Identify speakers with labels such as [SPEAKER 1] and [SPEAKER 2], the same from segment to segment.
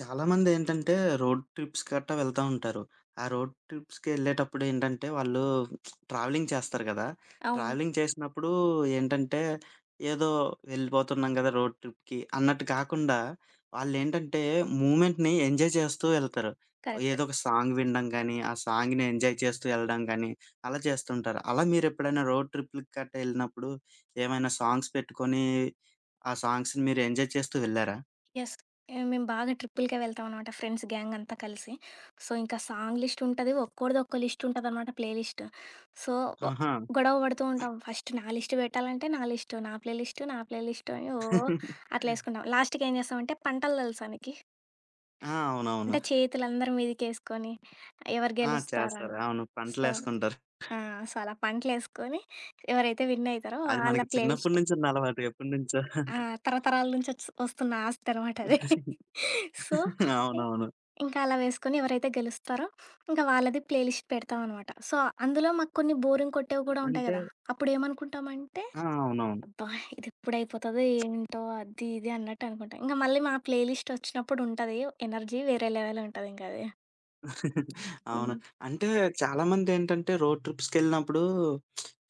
[SPEAKER 1] చాలామంది ఏంటంటే road trips గట్టా వెళ్తా ఉంటారు. ఆ రోడ్ ట్రిప్స్‌కెళ్ళేటప్పుడు ఏంటంటే వాళ్ళు ట్రావెలింగ్ చేస్తారు గదా!
[SPEAKER 2] అవును.
[SPEAKER 1] ట్రావెలింగ్ చేసినప్పుడు ఏంటంటే ఏదో వెళ్ళిపోతున్నాం గదా! రోడ్ ట్రిప్‌కి అన్నట్టు కాకుండా వాళ్ళేంటంటే మూవ్‌మెంట్‌ని ఎంజాయ్ చేస్తూ వెళ్తారు.
[SPEAKER 2] కరెక్ట్.
[SPEAKER 1] ఏదో ఒక సాంగ్ వినడం గానీ, ఆ సాంగ్‌ని ఎంజాయ్ చేస్తూ వెళ్ళడం గానీ అలా చేస్తుంటారు. అలా మీరెప్పుడైనా రోడ్ ట్రిప్‌లకి గట్టా ఎళ్ళినప్పుడు ఏమైనా సాంగ్స్ పెట్టుకొని ఆ సాంగ్స్‌ని మీరు ఎంజాయ్ చేస్తూ వెళ్లారా?
[SPEAKER 2] యెస్. మేము బాగా ట్రిప్పులకే వెళ్తామనమాట ఫ్రెండ్స్ గ్యాంగ్ అంతా కలిసి. సో, ఇంకా సాంగ్ లిస్ట్ ఉంటది. ఒక్కోడిది ఒక్కో లిస్ట్ ఉంటదనమాట ప్లే లిస్ట్. సో, ఒ
[SPEAKER 1] ఆహా!
[SPEAKER 2] గొడవ పడుతూ ఉంటాం. ఫస్ట్ నా లిస్ట్ పెట్టాలంటే నా లిస్ట్, నా ప్లే లిస్ట్, నా ప్లే లిస్ట్ అని ఓ అట్లా యేసుకుంటాం. లాస్ట్‌కి ఏం చేస్తామంటే పంటలు తెలుసా నీకి?
[SPEAKER 1] ఆ! అవునవును.
[SPEAKER 2] అంటే చేతులందరి మీదకేసుకొని ఎవరు
[SPEAKER 1] ఆ! చేస్తారు.
[SPEAKER 2] గెలుస్తారని.
[SPEAKER 1] అవును.
[SPEAKER 2] సో,
[SPEAKER 1] పంటలేసుకుంటారు.
[SPEAKER 2] ఆ, సో, అలా పంటలేసుకొని ఎవరైతే విన్ అయితారో
[SPEAKER 1] అది
[SPEAKER 2] వాళ్ళ
[SPEAKER 1] మనకి
[SPEAKER 2] ప్లే
[SPEAKER 1] చిన్నప్పటి
[SPEAKER 2] లిస్ట్.
[SPEAKER 1] నుంచి ఉన్న అలవాటు. ఎప్పటినుంచో.
[SPEAKER 2] ఆ, తరతరాల నుంచి వస్తున్న ఆస్తనమాట అది. సో,
[SPEAKER 1] అవునవును.
[SPEAKER 2] ఇంకా అలా వేసుకొని ఎవరైతే గెలుస్తారో ఇంక వాళ్ళది ప్లే లిస్ట్ పెడతామనమాట. సో, అందులో మాకు కొన్ని బోరింగ్ కొట్టేవి కూడా ఉంటాయి
[SPEAKER 1] అంటే
[SPEAKER 2] గదా! అప్పుడేమనుకుంటామంటే,
[SPEAKER 1] ఆ! అవునవును.
[SPEAKER 2] అబ్బా! ఇదెప్పుడైపోతదో ఏంటో అది ఇది అన్నట్టు అనుకుంటాం. ఇంక మళ్ళీ మా ప్లే లిస్ట్ వచ్చినప్పుడు ఉంటది ఎనర్జీ వేరే లెవెల్ ఉంటదింక అది.
[SPEAKER 1] అవును.
[SPEAKER 2] హ్మ్.
[SPEAKER 1] అంటే చాలామందేంటంటే రోడ్ ట్రిప్స్‌కెళ్ళినప్పుడు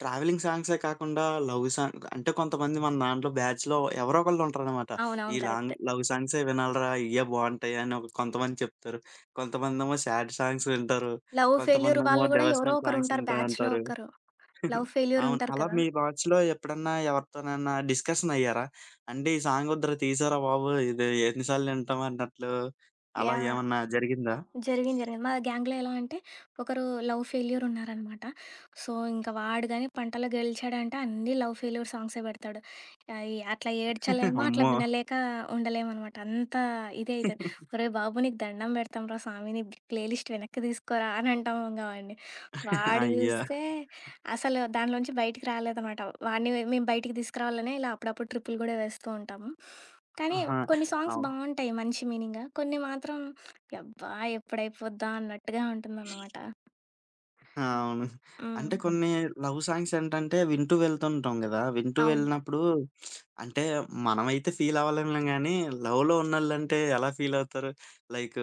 [SPEAKER 1] ట్రావెలింగ్ సాంగ్సే కాకుండా లవ్ సాంగ్ అంటే కొంతమంది మన దాంట్లో బ్యాచ్‌లో ఎవరో ఒకళ్ళుంటారనమాట. ఈ
[SPEAKER 2] అవునవును.
[SPEAKER 1] లాంగ్
[SPEAKER 2] కరెక్టే.
[SPEAKER 1] లవ్ సాంగ్సే వినాలిరా ఇయ్యే బావుంటాయి అని ఒక కొంతమంది చెప్తారు. కొంతమందేమో సాడ్ సాంగ్స్ వింటారు.
[SPEAKER 2] లవ్ ఫెయిల్యూర్
[SPEAKER 1] కొంతమందేమో
[SPEAKER 2] వాళ్ళు గూడా ఎవరో
[SPEAKER 1] డివోషనల్ సాంగ్స్
[SPEAKER 2] ఒకరుంటారు బ్యాచ్‌లో
[SPEAKER 1] వింటారంటారు.
[SPEAKER 2] ఒకరు. లవ్ ఫెయిల్యూర్
[SPEAKER 1] అవును.
[SPEAKER 2] ఉంటారు
[SPEAKER 1] అలా
[SPEAKER 2] కదా!
[SPEAKER 1] మీ వాచ్‌లో ఎప్పుడన్నా ఎవరితోనైనా డిస్కషన్ అయ్యారా? అంటే ఈ సాంగ్ వద్దురా తీసేరా బాబు! ఇది ఎన్ని సార్లు వింటాం అన్నట్లు అలా
[SPEAKER 2] యాహ్!
[SPEAKER 1] ఏమన్నా జరిగిందా?
[SPEAKER 2] జరిగింది, జరిగింది. మా గ్యాంగ్‌లో ఎలా అంటే ఒకరు లవ్ ఫెయిల్యూర్ ఉన్నారనమాట. సో, ఇంక వాడు గాని పంటలో గెలిచాడంటే అన్నీ లవ్ ఫెయిల్యూర్ సాంగ్సే పెడతాడు. ఈ అట్లా ఏడ్చలేము, అట్లా
[SPEAKER 1] అమ్మో!
[SPEAKER 2] వినలేక ఉండలేమనమాట. అంత ఇదే అయితది. "ఒరేయ్ బాబు! నీకు దండం పెడతాంరా స్వామి. నీ ప్లేలిస్ట్ వెనక్కి తీసుకోరా" అని అంటాం ఇంగ వాడిని. వాడు
[SPEAKER 1] అయ్యో!
[SPEAKER 2] చూస్తే అసలు దానిలోంచి బయటికి రాలేదనమాట. వాడిని మేము బయటికి తీసుకురావాలనే ఇలా అప్పుడప్పుడు ట్రిప్పులు గూడా వేస్తూ ఉంటాము. కానీ
[SPEAKER 1] ఆహా!
[SPEAKER 2] కొన్ని సాంగ్స్
[SPEAKER 1] అవును.
[SPEAKER 2] బావుంటాయి మంచి మీనింగ్. కొన్ని మాత్రం యబ్బా! ఎప్పుడైపోద్దా అన్నట్టుగా ఉంటుందనమాట.
[SPEAKER 1] ఆ!
[SPEAKER 2] హ్మ్.
[SPEAKER 1] అవును.
[SPEAKER 2] హ్మ్.
[SPEAKER 1] అంటే
[SPEAKER 2] హ్మ్.
[SPEAKER 1] కొన్ని లవ్ సాంగ్స్ ఏంటంటే వింటూ వెళ్తుంటాం గదా! వింటూ
[SPEAKER 2] అవును.
[SPEAKER 1] వెళ్ళినప్పుడు అంటే మనమైతే ఫీల్ అవ్వలేములే గానీ, లవ్‌లో ఉన్నోళ్ళంటే ఎలా ఫీల్ అవుతారు? లైక్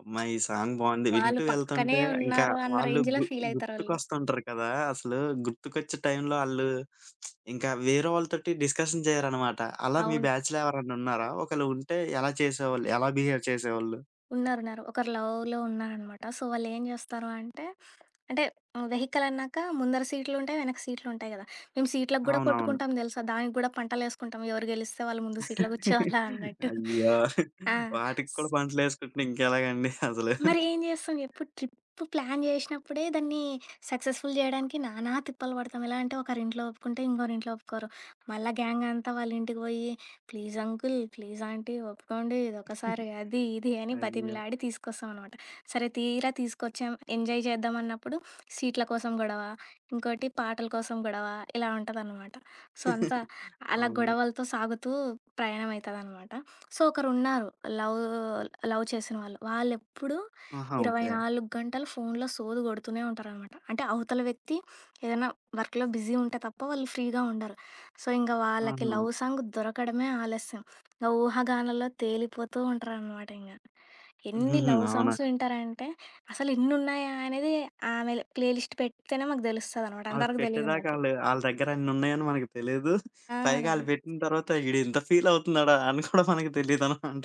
[SPEAKER 1] అమ్మా! ఈ సాంగ్ బావుంది.
[SPEAKER 2] వాళ్ళు
[SPEAKER 1] వింటూ
[SPEAKER 2] పక్కనే
[SPEAKER 1] వెళ్తుంటే ఇంకా
[SPEAKER 2] ఉన్నారు అన్న
[SPEAKER 1] వాళ్ళు
[SPEAKER 2] రేంజ్‌లో
[SPEAKER 1] గు
[SPEAKER 2] ఫీలయితారాళ్ళు.
[SPEAKER 1] గుర్తుకొస్తుంటారు కదా! అసలు గుర్తుకొచ్చే టైంలో ఆళ్ళు ఇంకా వేరే వాళ్ళతోటి డిస్కషన్ చేయరనమాట. అలా మీ
[SPEAKER 2] అవును.
[SPEAKER 1] బ్యాచ్‌లో ఎవరన్నా ఉన్నారా? ఒకవేళ ఉంటే ఎలా చేసేవాళ్ళు? ఎలా బిహేవ్ చేసేవాళ్ళు?
[SPEAKER 2] ఉన్నారున్నారు. ఒకరు లవ్‌లో ఉన్నారనమాట. సో, వాళ్ళేం జేస్తారు అంటే, అంటే వెహికలన్నాక ముందర సీట్లుంటాయి, వెనక సీట్లుంటాయి గదా! మేము సీట్లకు గూడా
[SPEAKER 1] అవునవును.
[SPEAKER 2] కొట్టుకుంటాం దెలుసా! దానికి గూడా పంటలేసుకుంటాం. ఎవరు గెలిస్తే వాళ్ళు ముందు సీట్‌లో గూర్చోవాలా అన్నట్టు.
[SPEAKER 1] అయ్యో!
[SPEAKER 2] ఆ!
[SPEAKER 1] వాటికి కూడా పంటలేసుకుంటే ఇంకెలాగండి అసలు.
[SPEAKER 2] మరి ఏం చేస్తాం ఎప్పుడు ట్రిప్ ప్లాన్ చేసినప్పుడే దాన్ని సక్సెస్ఫుల్ చేయడానికి నానా తిప్పలు పడతాం. ఎలా అంటే ఒకరింట్లో ఒప్పుకుంటే ఇంకోరింట్లో ఒప్పుకోరు. మళ్ళా గ్యాంగ్ అంతా వాళ్ళ ఇంటికి పోయి ప్లీజ్ అంకుల్, ప్లీజ్ ఆంటీ ఒప్పుకోండి ఇదొకసారి అది ఇది అని
[SPEAKER 1] అయ్యో!
[SPEAKER 2] బతిమిలాడి తీసుకొస్తాం అనమాట. సరే తీరా తీసుకొచ్చాం ఎంజాయ్ చేద్దాం అన్నప్పుడు సీట్ల కోసం గొడవ, ఇంకోటి పాటల కోసం గొడవ ఇలా ఉంటదనమాట. సో, అంతా అలా
[SPEAKER 1] అవును.
[SPEAKER 2] గొడవలతో సాగుతూ ప్రయాణం అయితదనమాట. సో, ఒకరున్నారు లవ్ లవ్ చేసిన వాళ్ళు. వాళ్ళెప్పుడు
[SPEAKER 1] ఆహా!
[SPEAKER 2] ఇరవై
[SPEAKER 1] ఓకే.
[SPEAKER 2] నాలుగు గంటలు ఫోన్లో సోది కొడుతూనే ఉంటారనమాట. అంటే అవతల వ్యక్తి ఏదైనా వర్క్‌లో బిజీ ఉంటే తప్ప వాళ్ళు ఫ్రీగా ఉండరు. సో, ఇంక వాళ్ళకి
[SPEAKER 1] ఆహా!
[SPEAKER 2] లవ్ సాంగ్ దొరకడమే ఆలస్యం. ఇంక ఊహాగానాల్లో తేలిపోతూ ఉంటారనమాట ఇంగ. ఎన్ని
[SPEAKER 1] హుహు.
[SPEAKER 2] లవ్
[SPEAKER 1] అవునా!
[SPEAKER 2] సాంగ్స్ వింటారంటే, అసలు ఇన్నున్నాయా అనేది ఆమె ప్లేలిస్ట్ పెడితేనే మాకు తెలుస్తదనమాట.
[SPEAKER 1] అవి
[SPEAKER 2] అంతవరకు తెలీదు
[SPEAKER 1] పెట్టేదాకా
[SPEAKER 2] మాకి.
[SPEAKER 1] ఆళ్ళు ఆళ్ళ దగ్గర అన్నున్నాయని మనకు తెలీదు.
[SPEAKER 2] ఆ!
[SPEAKER 1] పైగా ఆళ్ళు పెట్టిన తర్వాత ఈడింత ఫీల్ అవుతున్నాడా అని కూడా మనకు తెలీదనమాట.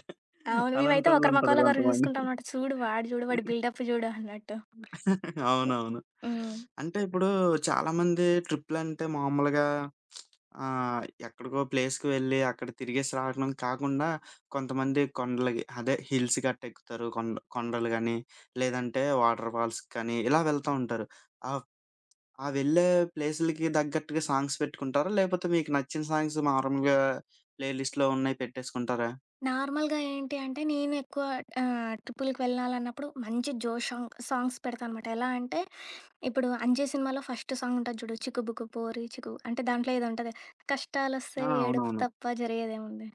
[SPEAKER 2] అవును. మేమైతే ఒకరి
[SPEAKER 1] అలాంటోళ్ళుంటారు
[SPEAKER 2] మొఖాలు ఒకరు
[SPEAKER 1] కొంతమంది.
[SPEAKER 2] చూసుకుంటాం అనమాట. చూడు వాడు చూడు, వాడి బిల్డప్ చూడు అన్నట్టు.
[SPEAKER 1] అవునవును.
[SPEAKER 2] హ్మ్.
[SPEAKER 1] అంటే ఇప్పుడు చాలామంది ట్రిప్‌లంటే మామూలుగా ఎక్కడికో ప్లేస్‌కి వెళ్లి అక్కడ తిరిగేసి రావడం కాకుండా కొంతమంది కొండలకి అదే హిల్స్ గట్టా ఎక్కుతారు. కొండ కొండలు గాని, లేదంటే వాటర్ ఫాల్స్‌కి కానీ ఇలా వెళ్తా ఉంటారు. ఆహ్, ఆ వెళ్ళే ప్లేసులకి తగ్గట్టుగా సాంగ్స్ పెట్టుకుంటారా? లేకపోతే మీకు నచ్చిన సాంగ్స్ మామూలుగా ప్లే లిస్ట్‌లో ఉన్నాయి పెట్టేసుకుంటారా?
[SPEAKER 2] నార్మల్‌గా ఏంటి అంటే, నేను ఎక్కువ ట్రిప్పులకి వెళ్ళాలన్నప్పుడు మంచి జోష్ సాంగ్స్ పెడతానమాట. ఎలా అంటే, ఇప్పుడు 'అంజి' సినిమాలో ఫస్ట్ సాంగ్ ఉంటది చూడు 'చిక్కుబుక్కు పోరి చిక్కు' అంటే దాంట్లో ఏదో ఉంటది, కష్టాలొస్తే
[SPEAKER 1] ఆ!
[SPEAKER 2] ఏడుపు
[SPEAKER 1] అవునవును.
[SPEAKER 2] తప్ప జరిగేదేముంది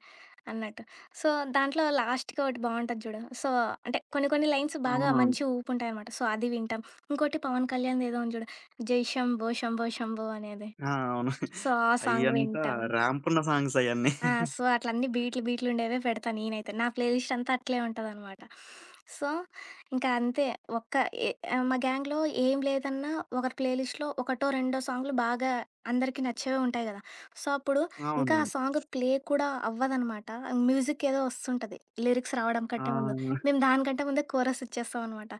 [SPEAKER 2] అన్నట్టు. సో, దాంట్లో లాస్ట్‌కి ఒకటి బావుంటది చూడు. సో, అంటే కొన్ని కొన్ని లైన్స్ బాగా
[SPEAKER 1] అవునవును.
[SPEAKER 2] మంచి ఊపుంటాయనమాట. సో, అది వింటాం. ఇంకోటి పవన్ కళ్యాణ్‌ది ఏదో ఉంది చూడు 'జై శంభో శంభో శంభో' అనేది.
[SPEAKER 1] ఆ! అవును.
[SPEAKER 2] సో, ఆ సాంగ్
[SPEAKER 1] అయ్యంతా
[SPEAKER 2] వింటాం.
[SPEAKER 1] ర్యాంప్ ఉన్న సాంగ్స్ అయన్నీ.
[SPEAKER 2] ఆ! సో, అట్లా అన్ని బీట్లు బీట్లుండేవే పెడతా నేనైతే. నా ప్లే లిస్ట్ అంతా అట్లే ఉంటదనమాట. సో, ఇంకా అంతే ఒక్క ఎ మా గ్యాంగ్‌లో ఏం లేదన్నా ఒకరి ప్లే లిస్ట్‌లో ఒకటో, రెండో సాంగ్‌లు బాగా అందరికీ నచ్చేవే ఉంటాయి గదా! సో, అప్పుడు ఇంకా ఆ
[SPEAKER 1] అవునవును.
[SPEAKER 2] సాంగ్ ప్లే కూడా అవ్వదనమాట. మ్యూజిక్ ఏదో వస్తుంటది. లిరిక్స్ రావడం
[SPEAKER 1] ఆ!
[SPEAKER 2] కంటే ముందు. మేము దానికంటే ముందే కోరస్ ఇచ్చేస్తామనమాట.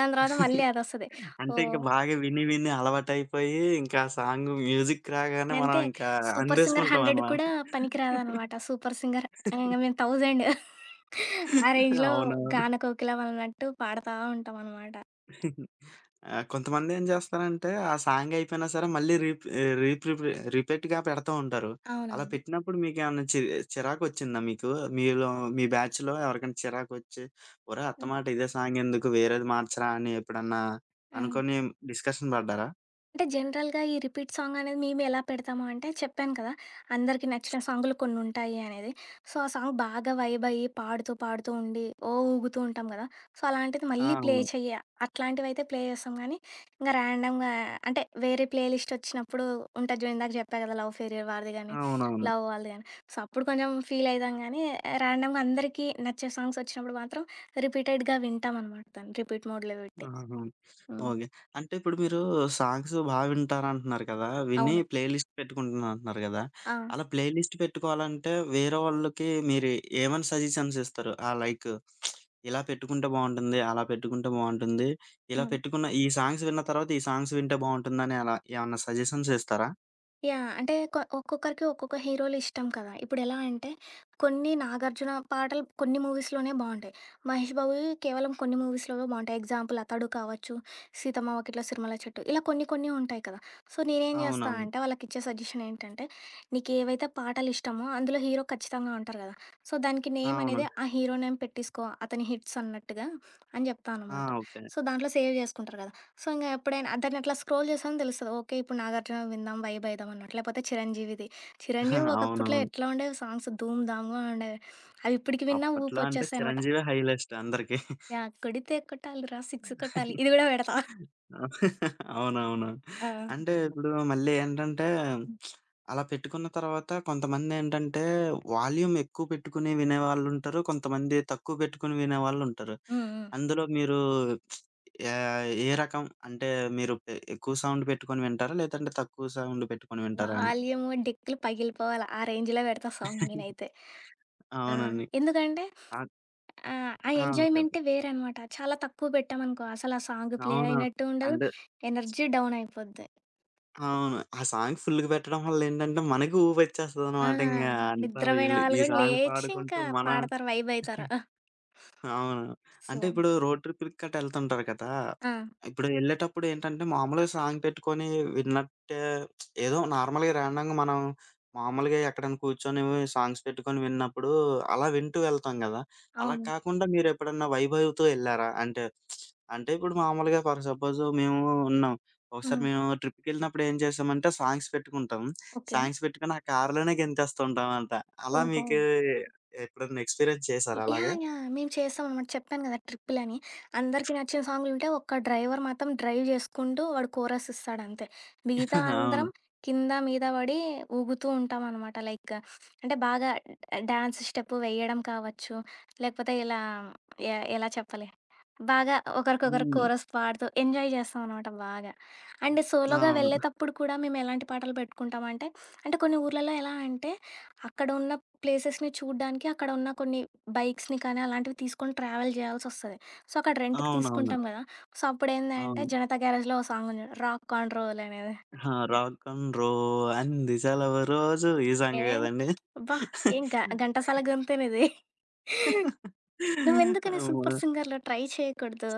[SPEAKER 2] దాని తర్వాత మళ్ళీ అదొస్తది.
[SPEAKER 1] అంటే ఇంక
[SPEAKER 2] ఓహ్!
[SPEAKER 1] బాగా విని విని అలవాటైపోయి, ఇంకా ఆ సాంగ్ మ్యూజిక్ రాగానే మనం
[SPEAKER 2] అంతే.
[SPEAKER 1] ఇంకా
[SPEAKER 2] 'సూపర్ సింగర్ 100'
[SPEAKER 1] అందేసుకుంటామనమాట.
[SPEAKER 2] కూడా పనికిరాదనమాట. 'సూపర్ సింగర్' ఇంగ మేము 1000 ఆ రేంజ్‌లో
[SPEAKER 1] అవునవును.
[SPEAKER 2] 'గాన కోకిల' అన్నట్టు పాడతా ఉంటామనమాట.
[SPEAKER 1] ఆ! కొంతమందేం జేస్తారంటే, ఆ సాంగ్ అయిపోయినా సరే మళ్ళీ రీప్ ఆహ్, రీప్రిపి రిపీట్‌గా పెడతా ఉంటారు. అలా
[SPEAKER 2] అవునవును.
[SPEAKER 1] పెట్టినప్పుడు మీకేమన్నా చిరాకొచ్చిందా మీకు? మీలో మీ బ్యాచ్‌లో ఎవరికైనా చిరాకొచ్చి, ఒరేయ్!
[SPEAKER 2] ఆ!
[SPEAKER 1] అత్తమాట ఇదే సాంగ్ ఎందుకు వేరేది మార్చరా అని ఎప్పుడన్నా
[SPEAKER 2] ఆ!
[SPEAKER 1] అనుకోని డిస్కషన్ పడ్డారా?
[SPEAKER 2] అంటే జనరల్‌గా ఈ రిపీట్ సాంగ్ అనేది మేము ఎలా పెడతాము అంటే చెప్పాను కదా! అందరికి నచ్చిన సాంగులు కొన్ని ఉంటాయి అనేది. సో, ఆ సాంగ్ బాగా వైబ్ అయ్యి పాడుతూ ఉండి ఓ ఊగుతూ ఉంటాం కదా! సో, అలాంటిది
[SPEAKER 1] ఆ!
[SPEAKER 2] మళ్ళీ ప్లే
[SPEAKER 1] అవును.
[SPEAKER 2] చెయ్య. అట్లాంటివైతే ప్లే చేస్తాం కానీ, ఇంగా ర్యాండమ్‌గా అంటే వేరే ప్లే లిస్ట్ వచ్చినప్పుడు ఉంటది చూడు ఇందాక చెప్పా కదా! లవ్ ఫెయిల్యూర్ వాడిది గానీ,
[SPEAKER 1] అవునవును.
[SPEAKER 2] లవ్ వాళ్ళది గానీ. సో, అప్పుడు కొంచెం ఫీల్ అయితాం కానీ, ర్యాండమ్‌గా అందరికీ నచ్చే సాంగ్స్ వచ్చినప్పుడు మాత్రం రిపీటెడ్‌గా వింటామనమాట దాన్ని రిపీట్ మోడ్‌లో పెట్టి.
[SPEAKER 1] ఆహా!
[SPEAKER 2] హ్మ్.
[SPEAKER 1] ఓకే. అంటే ఇప్పుడు మీరు సాంగ్స్ బా వింటారంటున్నారు కదా! విని
[SPEAKER 2] అవును.
[SPEAKER 1] ప్లే లిస్ట్ పెట్టుకుంటున్నానంటున్నారు గదా!
[SPEAKER 2] ఆ!
[SPEAKER 1] అలా ప్లే లిస్ట్ పెట్టుకోవాలంటే వేరే వాళ్ళకి మీరు ఏమని సజెషన్స్ ఇస్తారు? లైక్ ఇలా పెట్టుకుంటే బావుంటుంది. అలా పెట్టుకుంటే బావుంటుంది. ఇలా
[SPEAKER 2] హ్మ్.
[SPEAKER 1] పెట్టుకున్న ఈ సాంగ్స్ విన్న తర్వాత ఈ సాంగ్స్ వింటే బావుంటుందని అలా ఏమన్నా సజెషన్స్ ఇస్తారా?
[SPEAKER 2] యాహ్! అంటే ఒక్కొక్కరికి ఒక్కొక్క హీరోలు ఇష్టం కదా! ఇప్పుడెలా అంటే కొన్ని నాగార్జున పాటలు కొన్ని మూవీస్‌లోనే బావుంటాయి. మహేష్ బాబువి కేవలం కొన్ని మూవీస్‌లోవే బావుంటాయి. ఎగ్జాంపుల్ 'అతడు' కావచ్చు, 'సీతమ్మ వాకిట్లో సిరిమల్ల చెట్టు' ఇలా కొన్ని కొన్ని ఉంటాయి కదా! సో, నేనేం చేస్తా
[SPEAKER 1] అవునవును.
[SPEAKER 2] అంటే వాళ్ళకిచ్చే సజెషన్ ఏంటంటే నీకేవైతే పాటలు ఇష్టమో అందులో హీరో ఖచ్చితంగా ఉంటారు కదా! సో, దానికి నేమ్
[SPEAKER 1] అవును.
[SPEAKER 2] అనేది ఆ హీరో నేమ్ పెట్టేసుకో అతని హిట్స్ అన్నట్టుగా అని చెప్తా
[SPEAKER 1] ఆ!
[SPEAKER 2] అనమాట.
[SPEAKER 1] ఓకే.
[SPEAKER 2] సో, దాంట్లో సేవ్ చేసుకుంటారు కదా! సో, ఇంగ ఎప్పుడైనా దాన్ని అట్లా స్క్రోల్ చేసాను తెలుస్తది. ఓకే. ఇప్పుడు 'నాగార్జున' విందాం వైబ్ అయిదాం అన్నట్టు. లేకపోతే 'చిరంజీవిది.' 'చిరంజీవి' ఒకప్పట్లో
[SPEAKER 1] అవునవును.
[SPEAKER 2] ఎట్లా ఉండేవి సాంగ్స్ ధూమ్ ధామ్‌గా ఉండేవి. అవి ఇప్పటికి విన్నా
[SPEAKER 1] అప్పట్లో అంటే
[SPEAKER 2] ఊపొచ్చేస్తాయనమాట.
[SPEAKER 1] చిరంజీవే హైలెస్ట్ అందరికి.
[SPEAKER 2] యా కొడితే కొట్టాలిరా సిక్స్ కొట్టాలి. ఇది గూడా పెడతా.
[SPEAKER 1] అవునవును.
[SPEAKER 2] ఆ!
[SPEAKER 1] అంటే ఇప్పుడు మళ్ళీ ఏంటంటే
[SPEAKER 2] హ్మ్.
[SPEAKER 1] అలా పెట్టుకున్న తర్వాత కొంతమందేంటంటే వాల్యూమ్ ఎక్కువ పెట్టుకుని వినేవాళ్ళుంటారు. కొంతమంది తక్కువ పెట్టుకుని వినేవాళ్ళుంటారు.
[SPEAKER 2] హ్మ్.
[SPEAKER 1] అందులో మీరు ఏ రకం అంటే మీరు ఎక్కువ సౌండ్ పెట్టుకొని వింటారా? లేదంటే తక్కువ సౌండ్ పెట్టుకొని వింటారా అని?
[SPEAKER 2] వాల్యూమ్, డెక్కులు పగిలిపోవాలి. ఆ రేంజ్‌లో పెడతా సౌండ్ నేనైతే. ఆ!
[SPEAKER 1] అవునండి.
[SPEAKER 2] ఎందుకంటే
[SPEAKER 1] ఆ!
[SPEAKER 2] ఆ
[SPEAKER 1] ఆ! చెప్పండి.
[SPEAKER 2] ఎంజాయ్‌మెంటే వేరనమాట. చాలా తక్కువ పెట్టామనుకో అసలు ఆ సాంగ్ ప్లే
[SPEAKER 1] అవునా!
[SPEAKER 2] అయినట్టు ఉండదు.
[SPEAKER 1] అంటే
[SPEAKER 2] ఎనర్జీ డౌన్ అయిపోద్ది.
[SPEAKER 1] అవును. ఆ సాంగ్ ఫుల్‌గా పెట్టడం వల్ల ఏంటంటే, మనకి
[SPEAKER 2] ఆ!
[SPEAKER 1] ఊపొచ్చేస్తదనమాట ఇంగ. అంతా
[SPEAKER 2] నిద్రపోయిన
[SPEAKER 1] వీళ్ళు
[SPEAKER 2] వాళ్ళు
[SPEAKER 1] ఈ
[SPEAKER 2] గూడా
[SPEAKER 1] సాంగ్
[SPEAKER 2] లేచి
[SPEAKER 1] పాడుకుంటూ
[SPEAKER 2] ఇంకా
[SPEAKER 1] మనం
[SPEAKER 2] పాడతారు, వైబ్ అయితారు.
[SPEAKER 1] అవును.
[SPEAKER 2] సో,
[SPEAKER 1] అంటే ఇప్పుడు రోడ్ ట్రిప్‌లకి గట్టా ఎళ్తుంటారు కదా!
[SPEAKER 2] ఆ!
[SPEAKER 1] ఇప్పుడు ఎళ్ళేటప్పుడు ఏంటంటే మామూలుగా సాంగ్ పెట్టుకొని విన్నట్టే ఏదో నార్మల్‌గా ర్యాండమ్‌గా మనం మామూలుగా ఎక్కడైనా కూర్చొని సాంగ్స్ పెట్టుకొని విన్నప్పుడు అలా వింటూ వెళ్తాం గదా! అలా
[SPEAKER 2] అవును.
[SPEAKER 1] కాకుండా మీరెప్పుడన్నా వైభవ్‌తో ఎళ్లారా? అంటే, అంటే ఇప్పుడు మామూలుగా ఫర్ సపోజ్ మేము ఉన్నాం. ఒకసారి
[SPEAKER 2] హ్మ్.
[SPEAKER 1] మేము ట్రిప్‌కెళ్ళినప్పుడు ఏం చేశామంటే సాంగ్స్ పెట్టుకుంటాం.
[SPEAKER 2] ఓకే.
[SPEAKER 1] సాంగ్స్ పెట్టుకొని ఆ కార్‌లోనే గెంతేస్తూ ఉంటామంట. అలా
[SPEAKER 2] ఓహో!
[SPEAKER 1] మీకు ఎప్పుడన్నా ఎక్స్‌పీరియన్స్ చేశారా అలాగా?
[SPEAKER 2] యాహ్! యాహ్! మేము చేస్తామనమాట. చెప్పాను గదా! ట్రిప్పులని. అందరికి నచ్చిన సాంగులుంటాయి. ఒక్క డ్రైవర్ మాత్రం డ్రైవ్ చేసుకుంటూ వాడు కోరస్ ఇస్తాడంతే. మిగతా
[SPEAKER 1] అవును.
[SPEAKER 2] అందరం కింద మీద పడి ఊగుతూ ఉంటామనమాట. లైక్ అంటే బాగా డాన్స్ స్టెప్ వేయడం కావచ్చు, లేకపోతే ఇలా ఎలా చెప్పాలి? బాగా ఒకరికొకరు
[SPEAKER 1] హ్మ్.
[SPEAKER 2] కోరస్ పాడుతూ ఎంజాయ్ చేస్తామనమాట బాగా. అండ్ సోలోగా
[SPEAKER 1] అవును.
[SPEAKER 2] వెళ్ళేతప్పుడు కూడా మేము ఎలాంటి పాటలు పెట్టుకుంటామంటే, అంటే కొన్ని ఊర్లలో ఎలా అంటే, అక్కడ ఉన్న ప్లేసెస్‌ని చూడ్డానికి అక్కడ ఉన్న కొన్ని బైక్స్‌ని కానీ అలాంటివి తీసుకొని ట్రావెల్ జేయాల్సొస్తది. సో, అక్కడ రెంట్‌కి
[SPEAKER 1] అవునవును.
[SPEAKER 2] తీసుకుంటాం గదా! సో, అప్పుడేందంటే
[SPEAKER 1] అవును.
[SPEAKER 2] 'జనతా గ్యారేజ్‌లో' ఓ సాంగ్ ఉంది. 'రాక్ ఆన్ రోల్' అనేది.
[SPEAKER 1] ఆ! 'రాక్ అండ్ రో అంది సెలవు రోజు' ఈ
[SPEAKER 2] ఏ
[SPEAKER 1] సాంగ్ గదండీ!
[SPEAKER 2] అబ్బా! ఏం గ ఘంటసాల గొంతేనిది. నువ్వెందుకని
[SPEAKER 1] అమ్మో!
[SPEAKER 2] 'సూపర్ సింగర్‌లో' ట్రై చేయకూడదు?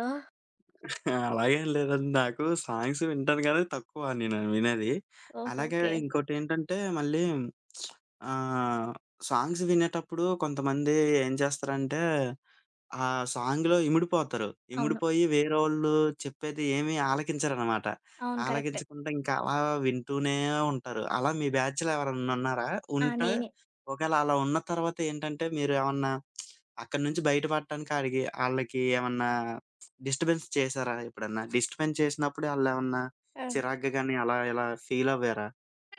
[SPEAKER 1] అలాగేం లేదండి. నాకు సాంగ్స్ వింటాను గానీ తక్కువ నేను వినేది.
[SPEAKER 2] ఓహో!
[SPEAKER 1] అలాగే
[SPEAKER 2] ఓకే.
[SPEAKER 1] ఇంకోటేంటంటే మళ్ళీ ఆహ్, సాంగ్స్ వినేటప్పుడు కొంతమంది ఏం చేస్తారంటే ఆ సాంగ్‌లో ఇమిడిపోతారు.
[SPEAKER 2] అవును.
[SPEAKER 1] ఇమిడిపోయి వేరోళ్ళు చెప్పేది ఏమి ఆలకించరనమాట.
[SPEAKER 2] అవును. కరెక్టే.
[SPEAKER 1] ఆలకించకుండా ఇంకా అలా వింటూనే ఉంటారు. అలా మీ బ్యాచ్‌లో ఎవరన్నా ఉన్నారా?
[SPEAKER 2] ఆ!
[SPEAKER 1] ఉంటే
[SPEAKER 2] నేనే.
[SPEAKER 1] ఒకవేళ అలా ఉన్న తర్వాత ఏంటంటే మీరేమన్నా అక్కడి నుంచి బయటపడటానికి ఆడికి ఆళ్ళకి ఏమన్నా డిస్టర్బెన్స్ చేశారా ఎప్పుడన్నా? డిస్టర్బెన్స్ చేసినప్పుడు ఆళ్ళేమన్నా
[SPEAKER 2] ఆ!
[SPEAKER 1] చిరాగ్గా గాని అలా ఇలా ఫీల్ అవ్వారా?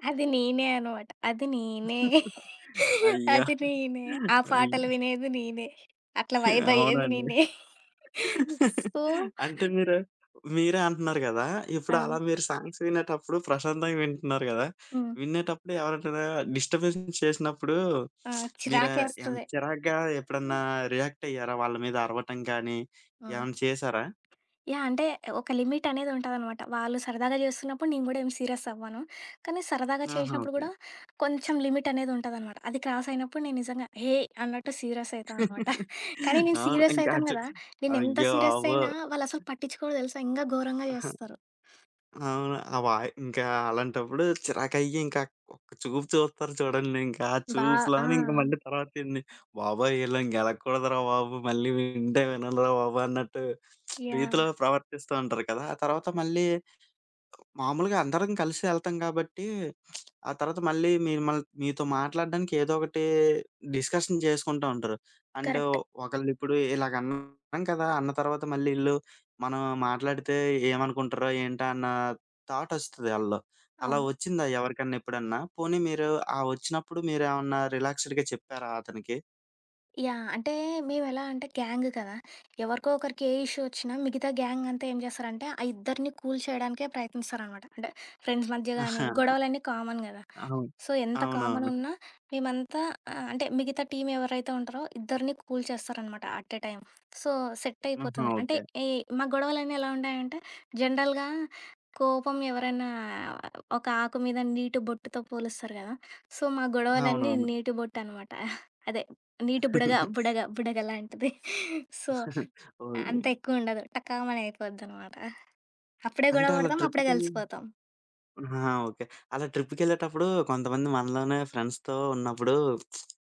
[SPEAKER 2] అది నేనే అనమాట. అది నేనే.
[SPEAKER 1] అయ్యో!
[SPEAKER 2] అది నేనే. ఆ
[SPEAKER 1] అయ్
[SPEAKER 2] పాటలు వినేది నేనే. అట్లా వైబయ్యేది
[SPEAKER 1] అవునండి.
[SPEAKER 2] నేనే. సో,
[SPEAKER 1] అంటే మీరు మీరే అంటున్నారు గదా! ఇప్పుడు
[SPEAKER 2] ఆ!
[SPEAKER 1] అలా మీరు సాంగ్స్ వినేటప్పుడు ప్రశాంతంగా వింటున్నారు గదా!
[SPEAKER 2] హ్మ్.
[SPEAKER 1] వినేటప్పుడు ఎవరైనా డిస్టర్బెన్స్ చేసినప్పుడు
[SPEAKER 2] ఆ!
[SPEAKER 1] మీరు ఏం
[SPEAKER 2] చిరాకేస్తది.
[SPEAKER 1] చిరాగ్గా ఎప్పుడన్నా రియాక్ట్ అయ్యారా? వాళ్ళ మీద అరవటం కానీ,
[SPEAKER 2] హ్మ్.
[SPEAKER 1] ఏమన్నా చేసారా?
[SPEAKER 2] యాహ్! అంటే ఒక లిమిట్ అనేది ఉంటదనమాట. వాళ్ళు సరదాగా జేస్తున్నప్పుడు నేను గూడా ఏం సీరియస్ అవ్వను. కానీ సరదాగా
[SPEAKER 1] ఆహా!
[SPEAKER 2] చేసినప్పుడు
[SPEAKER 1] ఓకే.
[SPEAKER 2] గూడా కొంచెం లిమిట్ అనేది ఉంటదనమాట. అది క్రాస్ అయినప్పుడు నేను నిజంగా "హేయ్!" అన్నట్టు సీరియస్ అయితా అనమాట. కానీ నేను
[SPEAKER 1] అవును.
[SPEAKER 2] సీరియస్
[SPEAKER 1] ఇంకా
[SPEAKER 2] అయితాను
[SPEAKER 1] అచ్చు
[SPEAKER 2] గదా! నేను ఎంత
[SPEAKER 1] అయ్యో!
[SPEAKER 2] సీరియస్ అయినా
[SPEAKER 1] బాబోయ్!
[SPEAKER 2] వాళ్ళసలు పట్టించుకోరు తెలుసా? ఇంగా ఘోరంగా జేస్తారు.
[SPEAKER 1] అవును. ఆ వాయి ఇంకా అలాంటప్పుడు చిరాకయ్యి ఇంకా ఒక్క చూపు చూస్తారు చూడండి ఇంకా. ఆ
[SPEAKER 2] బా ఆ!
[SPEAKER 1] చూపులోనే ఇంక మళ్ళీ తర్వాత ఏంది, బాబోయ్! ఈళ్ళని గెలకూడదురా బాబు! మళ్ళీ వింటే విననురా బాబు! అన్నట్టు
[SPEAKER 2] యాహ్!
[SPEAKER 1] రీతిలో ప్రవర్తిస్తూ ఉంటారు కదా! ఆ తర్వాత మళ్ళీ మామూలుగా అందరం కలిసి ఎళ్తాం గాబట్టి, ఆ తర్వాత మళ్ళీ మీరు మీతో మాట్లాడడానికి ఏదో ఒకటి డిస్కషన్ చేసుకుంటా ఉంటారు. అంటే
[SPEAKER 2] కరెక్ట్.
[SPEAKER 1] ఒకళ్ళిప్పుడు ఇలాగన్నాం కదా! అన్న తర్వాత మళ్ళీ ఈళ్ళు మనం మాట్లాడితే ఏమనుకుంటారో, ఏంటా అన్న థాటొస్తది ఆళ్ళలో. అలా
[SPEAKER 2] అవును.
[SPEAKER 1] వచ్చిందా ఎవరికన్నా ఎప్పుడన్నా? పోనీ మీరు ఆ వచ్చినప్పుడు మీరేమన్నా రిలాక్స్‌డ్‌గా చెప్పారా అతనికి?
[SPEAKER 2] యాహ్! అంటే మేమెలా అంటే గ్యాంగ్ కదా! ఎవరికో ఒకరికి ఏ ఇష్యూ వచ్చినా మిగతా గ్యాంగ్ అంతా ఏం చేస్తారంటే, ఆ ఇద్దరిని కూల్ చేయడానికే ప్రయత్నిస్తారనమాట. అంటే ఫ్రెండ్స్ మధ్య గానీ, గొడవలన్నీ కామన్ గదా!
[SPEAKER 1] ఆహా! అవును.
[SPEAKER 2] సో, ఎంత కామన్
[SPEAKER 1] అవునవును.
[SPEAKER 2] ఉన్నా మేమంతా అంటే మిగతా టీమ్ ఎవరైతే ఉంటారో ఇద్దరిని కూల్ చేస్తారనమాట at a time. So, set
[SPEAKER 1] ఆహా!
[SPEAKER 2] అయిపోతుంది. అంటే
[SPEAKER 1] ఓకే.
[SPEAKER 2] ఈ మా గొడవలన్నీ ఎలా ఉంటాయంటే, జనరల్‌గా కోపం ఎవరైనా ఒక ఆకు మీద నీటి బొట్టుతో పోలుస్తారు గదా! సో, మా గొడవలన్నీ
[SPEAKER 1] అవునవును.
[SPEAKER 2] నీటి బొట్టనమాట. అదే. నీటి బుడగ, బుడగ, బుడగ లాంటిది. సో,
[SPEAKER 1] ఓహ్!
[SPEAKER 2] అంత ఎక్కువుండదు. టకామని అయిపోద్దనమాట. అప్పుడే
[SPEAKER 1] అంటే
[SPEAKER 2] గొడవ
[SPEAKER 1] అలా
[SPEAKER 2] పడతాం. అప్పుడే
[SPEAKER 1] ట్రిప్‌కెళ్ళి
[SPEAKER 2] కలిసిపోతాం.
[SPEAKER 1] ఆహా! ఓకే. అలా ట్రిప్‌కెళ్ళేటప్పుడు కొంతమంది మనలోనే ఫ్రెండ్స్‌తో ఉన్నప్పుడు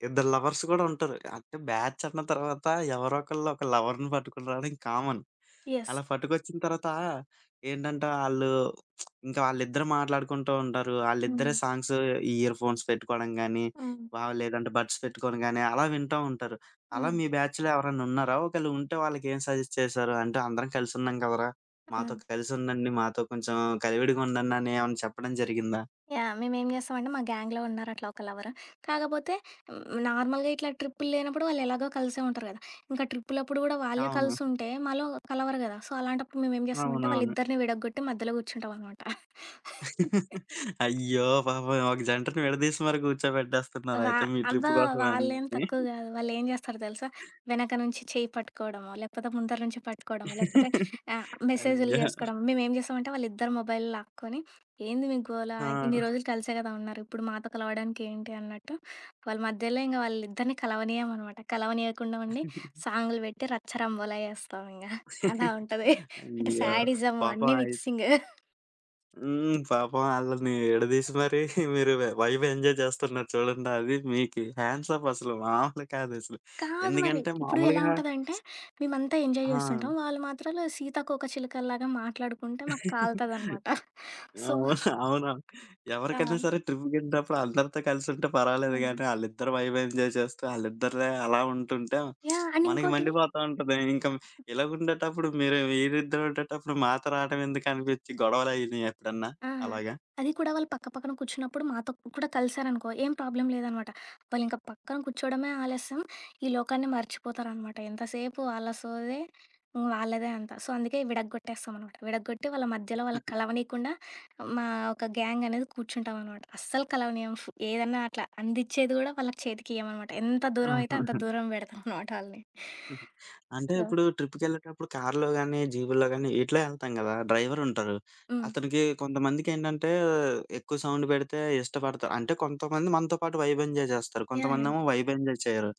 [SPEAKER 1] ఇద్దరు లవర్స్ గూడా ఉంటారు. అంటే బ్యాచ్ అన్న తర్వాత ఎవరో ఒకళ్ళు ఒక లవర్‌ని పట్టుకుని రావడం కామన్.
[SPEAKER 2] యెస్.
[SPEAKER 1] అలా పట్టుకొచ్చిన తర్వాత ఏంటంటే ఆళ్ళు ఇంకా వాళ్ళిద్దరు మాట్లాడుకుంటూ ఉంటారు.
[SPEAKER 2] హ్మ్.
[SPEAKER 1] ఆళ్ళిద్దరే సాంగ్స్ ఈ ఇయర్ ఫోన్స్ పెట్టుకోవడం గానీ,
[SPEAKER 2] హ్మ్.
[SPEAKER 1] లేదంటే బడ్స్ పెట్టుకోని గానీ అలా వింటూ ఉంటారు. అలా
[SPEAKER 2] హ్మ్.
[SPEAKER 1] మీ బ్యాచ్‌లో ఎవరైనా ఉన్నారా? ఒకవేళ ఉంటే వాళ్ళకేం సజెస్ట్ చేశారు? అంటే అందరం కలిసున్నాం కదరా! మాతో
[SPEAKER 2] హ్మ్.
[SPEAKER 1] కలిసుండండి. మాతో కొంచెం కలివిడిగా ఉండండి అని ఏమన్నా చెప్పడం జరిగిందా?
[SPEAKER 2] యాహ్! మేమేం చేస్తామంటే మా గ్యాంగ్‌లో ఉన్నారు అట్లా ఒక లవరు. కాకపోతే నార్మల్‌గా ఇట్లా ట్రిప్పులు లేనప్పుడు వాళ్ళు ఎలాగో కలిసే ఉంటారు కదా! ఇంకా ట్రిప్పులప్పుడు కూడా వాళ్ళే
[SPEAKER 1] అవును.
[SPEAKER 2] కలిసుంటే మాలో కలవరు కదా! సో, అలాంటప్పుడు మేమేం చేస్తామంటే
[SPEAKER 1] అవునవును.
[SPEAKER 2] వాళ్ళిద్దరిని విడగొట్టి మధ్యలో కూర్చుంటామనమాట.
[SPEAKER 1] అయ్యో! పాపం ఒక జంటను విడదీసి మరి
[SPEAKER 2] వా
[SPEAKER 1] కూర్చోబెట్టేస్తున్నారయితే మీ ట్రిప్
[SPEAKER 2] అబ్బా!
[SPEAKER 1] కోసం
[SPEAKER 2] వాళ్ళేం
[SPEAKER 1] అని.
[SPEAKER 2] తక్కువ గాదు. వాళ్ళేం జేస్తారో తెలుసా? వెనక నుంచి చెయ్యి పట్టుకోవడమో, లేకపోతే ముందర నుంచి పట్టుకోవడమో, లేకపోతే మెసేజులు
[SPEAKER 1] అయ్యో!
[SPEAKER 2] జేసుకోవడమో. మేమేం జేస్తామంటే వాళ్ళిద్దరి మొబైల్ లాక్కొని, "ఏంది మీ గోల?
[SPEAKER 1] ఆ!
[SPEAKER 2] ఇన్ని రోజులు కలిసే గదా ఉన్నారు. ఇప్పుడు మాతో కలవడానికి ఏంటి?" అన్నట్టు వాళ్ళ మధ్యలో ఇంక వాళ్ళిద్దరిని కలవనీయమనమాట. కలవనీయకుండా ఉండి సాంగులు బెట్టి రచ్చ రంబోలా జేస్తామింగ. అలా ఉంటది. అంటే
[SPEAKER 1] అయ్యో!
[SPEAKER 2] శాడిజము
[SPEAKER 1] పాపం
[SPEAKER 2] అన్నీ
[SPEAKER 1] అయి
[SPEAKER 2] మిక్సింగ్.
[SPEAKER 1] హ్మ్. పాపం ఆళ్ళని ఎడదీసి మరి మీరు వైబ్ ఎంజాయ్ చేస్తున్నారు చూడండి. అది మీకు హ్యాండ్స్ ఆఫ్ అసలు మామూలు కాదసలు.
[SPEAKER 2] కాదు మరి.
[SPEAKER 1] ఎందుకంటే
[SPEAKER 2] ఇప్పుడు ఎలా
[SPEAKER 1] మామూలుగా
[SPEAKER 2] ఉంటదంటే, మేమంతా ఎంజాయ్
[SPEAKER 1] ఆ!
[SPEAKER 2] జేస్తుంటాం. వాళ్ళు మాత్రాలు సీతాకోకచిలుకల్లాగా మాట్లాడుకుంటే మాకు కాలుతదనమాట. సో,
[SPEAKER 1] అవును. అవును.
[SPEAKER 2] ఆ!
[SPEAKER 1] ఎవరికైనా సరే ట్రిప్‌కెళ్ళినప్పుడు అందరితో కలిసుంటే పర్వాలేదు
[SPEAKER 2] హ్మ్.
[SPEAKER 1] గానీ, ఆళ్ళిద్దరు వైబ్ ఎంజాయ్ చేస్తూ, ఆళ్ళిద్దరే అలా ఉంటుంటే
[SPEAKER 2] యాహ్! అండ్
[SPEAKER 1] మనకి
[SPEAKER 2] ఇంకోటి
[SPEAKER 1] మండిపోతా ఉంటది. ఇంక ఇలాగుండేటప్పుడు మీరు మీరిద్దరు ఉండేటప్పుడు మాతో రావడం ఎందుకనిపిచ్చి గొడవలయినియి ఎప్పుడన్నా
[SPEAKER 2] ఆ!
[SPEAKER 1] అలాగా?
[SPEAKER 2] అది కూడా వాళ్ళు పక్క పక్కన కూర్చున్నప్పుడు మాతో కూడా కలిసారనుకో ఏం ప్రాబ్లమ్ లేదనమాట. వాళ్ళింక పక్కన కూర్చోవడమే ఆలస్యం, ఈ లోకాన్ని మర్చిపోతారనమాట. ఎంతసేపు వాళ్ళ సోదే, వాళ్ళదే అంతా. సో, అందుకే విడగొట్టేస్తామనమాట. విడగొట్టి వాళ్ళ మధ్యలో వాళ్ళకి కలవనీయకుండా మా ఒక గ్యాంగ్ అనేది కూర్చుంటామనమాట. అస్సలు కలవనీయం. ఏదన్నా అట్లా అందిచ్చేది కూడా వాళ్ళ చేతికియ్యమనమాట. ఎంత దూరం అయితే
[SPEAKER 1] ఆహా!
[SPEAKER 2] అంత దూరం పెడతామనమాట వాళ్ళని.
[SPEAKER 1] హుహు. అంటే
[SPEAKER 2] సో,
[SPEAKER 1] ఇప్పుడు ట్రిప్‌కెళ్ళేటప్పుడు కార్‌లో గాని, జీపుల్లో గాని ఇట్లా ఎళ్తాం గదా! డ్రైవరుంటారు.
[SPEAKER 2] హ్మ్.
[SPEAKER 1] అతనికి కొంతమందికేంటంటే ఎక్కువ సౌండ్ పెడితే ఇష్టపడతారు. అంటే కొంతమంది మనతో పాటు వైబ్ ఎంజాయ్ జేస్తారు.
[SPEAKER 2] యాహ్! యాహ్!
[SPEAKER 1] కొంతమందేమో వైబ్ ఎంజాయ్ చేయరు.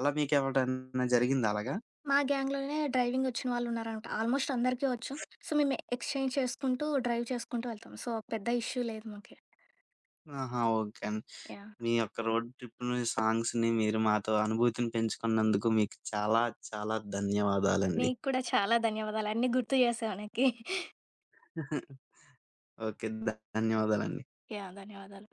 [SPEAKER 1] అలా మీకేవటన్నా జరిగిందా అలాగా?
[SPEAKER 2] మా గ్యాంగ్‌లోనే డ్రైవింగ్ వచ్చిన వాళ్ళున్నారనమాట. ఆల్మోస్ట్ అందరికీ వచ్చు. సో, మేము ఎక్స్‌చేంజ్ చేసుకుంటూ, డ్రైవ్ చేసుకుంటూ వెళ్తాం. సో, పెద్ద ఇష్యూ లేదు మాకి.
[SPEAKER 1] ఆహా! ఓకే అండి.
[SPEAKER 2] యాహ్!
[SPEAKER 1] మీ యొక్క రోడ్ ట్రిప్‌ని, సాంగ్స్‌ని మీరు మాతో అనుభూతిని పెంచుకున్నందుకు మీకు చాలా చాలా ధన్యవాదాలండి.
[SPEAKER 2] నీకు కూడా చాలా ధన్యవాదాలు. అన్నీ గుర్తు చేసావు నాకి.
[SPEAKER 1] ఓకే. ధన్యవాదాలండి.
[SPEAKER 2] యాహ్! ధన్యవాదాలు.